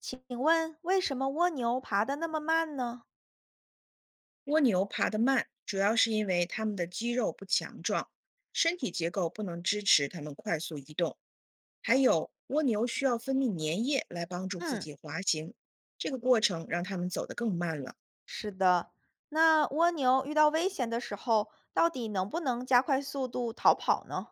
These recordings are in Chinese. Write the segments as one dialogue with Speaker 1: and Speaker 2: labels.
Speaker 1: 请问为什么蜗牛爬得那么慢呢？
Speaker 2: 蜗牛爬得慢，主要是因为它们的肌肉不强壮，身体结构不能支持它们快速移动。还有，蜗牛需要分泌粘液来帮助自
Speaker 1: 嗯，
Speaker 2: 己滑行，这个过程让它们走得更慢了。
Speaker 1: 是的，那蜗牛遇到危险的时候，到底能不能加快速度逃跑呢？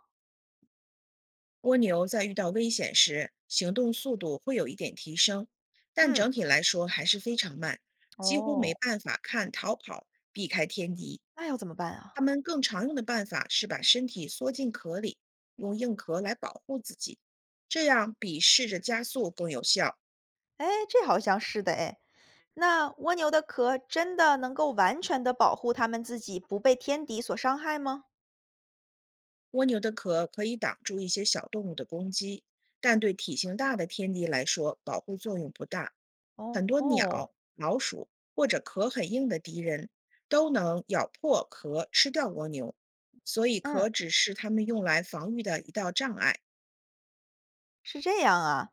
Speaker 2: 蜗牛在遇到危险时，行动速度会有一点提升，但
Speaker 1: 嗯，
Speaker 2: 整体来说还是非常慢，几乎
Speaker 1: 哦，
Speaker 2: 没办法看逃跑、避开天敌。
Speaker 1: 那要怎么办啊？
Speaker 2: 它们更常用的办法是把身体缩进壳里，用硬壳来保护自己，这样比试着加速更有效。
Speaker 1: 哎，这好像是的哎。那蜗牛的壳真的能够完全的保护它们自己不被天敌所伤害吗？
Speaker 2: 蜗牛的壳可以挡住一些小动物的攻击，但对体型大的天敌来说，保护作用不大。很多
Speaker 1: 哦，
Speaker 2: 鸟、老鼠或者壳很硬的敌人都能咬破壳吃掉蜗牛，所以
Speaker 1: 嗯，
Speaker 2: 壳只是它们用来防御的一道障碍。
Speaker 1: 是这样啊。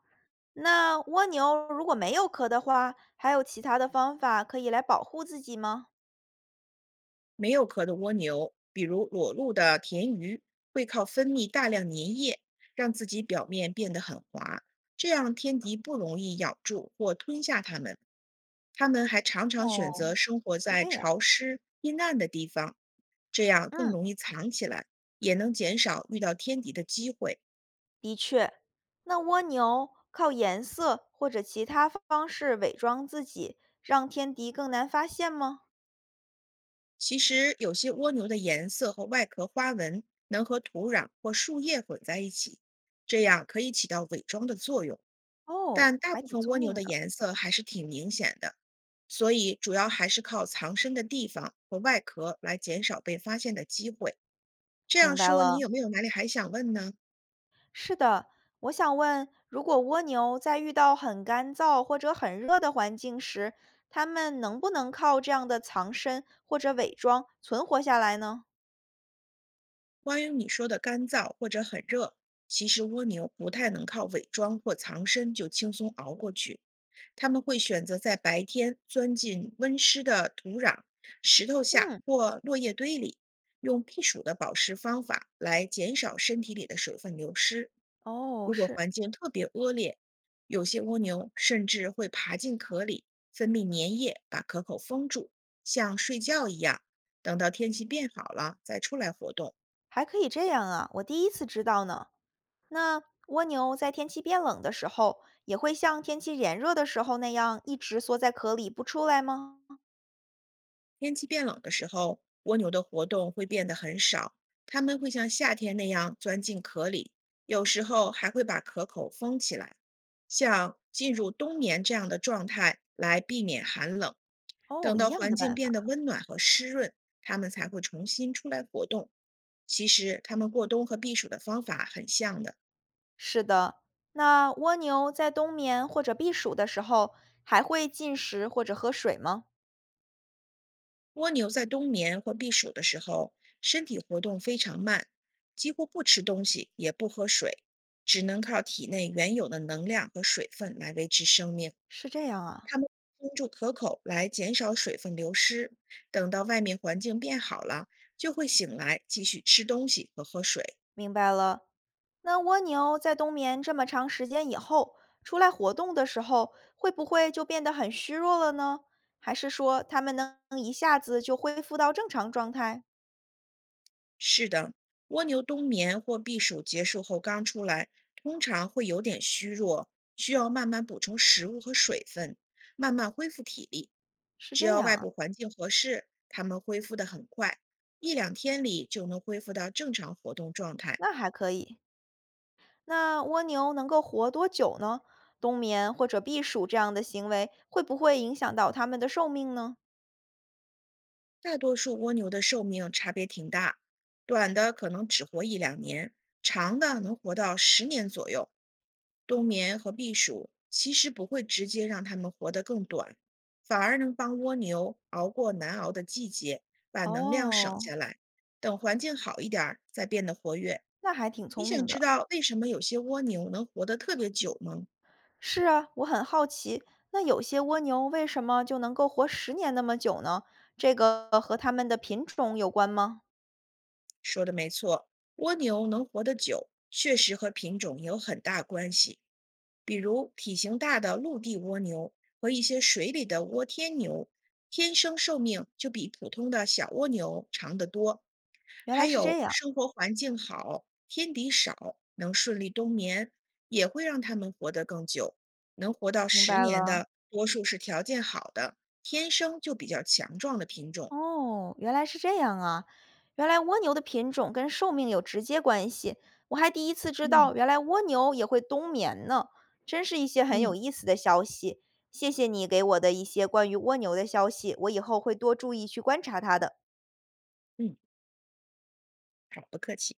Speaker 1: 那蜗牛如果没有壳的话，还有其他的方法可以来保护自己吗？
Speaker 2: 没有壳的蜗牛，比如裸露的田鱼，会靠分泌大量粘液，让自己表面变得很滑，这样天敌不容易咬住或吞下它们。它们还常常选择
Speaker 1: 哦，
Speaker 2: 生活
Speaker 1: 是
Speaker 2: 在
Speaker 1: 这样。
Speaker 2: 潮湿、阴暗的地方，这样更
Speaker 1: 嗯。
Speaker 2: 容易藏起来，也能减少遇到天敌的机会。
Speaker 1: 的确，那蜗牛靠颜色或者其他方式伪装自己，让天敌更难发现吗？
Speaker 2: 其实，有些蜗牛的颜色和外壳花纹能和土壤或树叶混在一起，这样可以起到伪装的作用。
Speaker 1: 哦，
Speaker 2: 但大
Speaker 1: 还
Speaker 2: 部
Speaker 1: 挺
Speaker 2: 分蜗
Speaker 1: 聪
Speaker 2: 牛
Speaker 1: 明
Speaker 2: 的
Speaker 1: 的。
Speaker 2: 颜色还是挺明显的，所以主要还是靠藏身的地方和外壳来减少被发现的机会。这
Speaker 1: 明
Speaker 2: 样
Speaker 1: 白
Speaker 2: 说，你
Speaker 1: 了。
Speaker 2: 有没有哪里还想问呢？
Speaker 1: 是的，我想问，如果蜗牛在遇到很干燥或者很热的环境时，它们能不能靠这样的藏身或者伪装存活下来呢？
Speaker 2: 关于你说的干燥或者很热，其实蜗牛不太能靠伪装或藏身就轻松熬过去。它们会选择在白天钻进温湿的土壤、石头下
Speaker 1: 嗯，
Speaker 2: 或落叶堆里，用避暑的保湿方法来减少身体里的水分流失。
Speaker 1: 哦，
Speaker 2: 如果
Speaker 1: 是，
Speaker 2: 环境特别恶劣，有些蜗牛甚至会爬进壳里，分泌粘液把壳口封住，像睡觉一样。等到天气变好了再出来活动。
Speaker 1: 还可以这样啊，我第一次知道呢。那蜗牛在天气变冷的时候，也会像天气炎热的时候那样一直缩在壳里不出来吗？
Speaker 2: 天气变冷的时候，蜗牛的活动会变得很少，它们会像夏天那样钻进壳里，有时候还会把壳口封起来，像进入冬眠这样的状态来避免寒冷。
Speaker 1: 哦，
Speaker 2: 等
Speaker 1: 一
Speaker 2: 到
Speaker 1: 样
Speaker 2: 环
Speaker 1: 的
Speaker 2: 境
Speaker 1: 办法。
Speaker 2: 变得温暖和湿润，它们才会重新出来活动。其实，它们过冬和避暑的方法很像的。
Speaker 1: 是的，那蜗牛在冬眠或者避暑的时候，还会进食或者喝水吗？
Speaker 2: 蜗牛在冬眠或避暑的时候，身体活动非常慢，几乎不吃东西，也不喝水，只能靠体内原有的能量和水分来维持生命。
Speaker 1: 是这样啊，
Speaker 2: 它们封住壳口来减少水分流失，等到外面环境变好了，就会醒来继续吃东西和喝水。
Speaker 1: 明白了。那蜗牛在冬眠这么长时间以后，出来活动的时候，会不会就变得很虚弱了呢？还是说它们能一下子就恢复到正常状态？
Speaker 2: 是的，蜗牛冬眠或避暑结束后刚出来，通常会有点虚弱，需要慢慢补充食物和水分，慢慢恢复体力。
Speaker 1: 是
Speaker 2: 只
Speaker 1: 这
Speaker 2: 要
Speaker 1: 样
Speaker 2: 外
Speaker 1: 啊，
Speaker 2: 部环境合适，它们恢复得很快，一两天里就能恢复到正常活动状态。
Speaker 1: 那还可以。那蜗牛能够活多久呢？冬眠或者避暑这样的行为会不会影响到它们的寿命呢？
Speaker 2: 大多数蜗牛的寿命差别挺大，短的可能只活一两年，长的能活到十年左右。冬眠和避暑其实不会直接让它们活得更短，反而能帮蜗牛熬过难熬的季节，把能量省
Speaker 1: 哦，
Speaker 2: 下来，等环境好一点儿再变得活跃。
Speaker 1: 那还挺
Speaker 2: 你
Speaker 1: 聪
Speaker 2: 想
Speaker 1: 明
Speaker 2: 知
Speaker 1: 的。
Speaker 2: 道为什么有些蜗牛能活得特别久吗？
Speaker 1: 是啊，我很好奇，那有些蜗牛为什么就能够活10年那么久呢？这个和它们的品种有关吗？
Speaker 2: 说的没错，蜗牛能活得久，确实和品种有很大关系。比如体型大的陆地蜗牛和一些水里的蜗天牛，天生寿命就比普通的小蜗牛长得多。
Speaker 1: 原
Speaker 2: 还
Speaker 1: 来是这
Speaker 2: 有
Speaker 1: 样，
Speaker 2: 生活环境好，天敌少，能顺利冬眠，也会让它们活得更久。能活到
Speaker 1: 明
Speaker 2: 十
Speaker 1: 白
Speaker 2: 年
Speaker 1: 了。
Speaker 2: 的，多数是条件好的，天生就比较强壮的品种。
Speaker 1: 哦，原来是这样啊！原来蜗牛的品种跟寿命有直接关系，我还第一次知
Speaker 2: 嗯
Speaker 1: 道，原来蜗牛也会冬眠呢，真是一些很有
Speaker 2: 嗯
Speaker 1: 意思的消息。谢谢你给我的一些关于蜗牛的消息，我以后会多注意去观察它的。
Speaker 2: 嗯，好，不客气。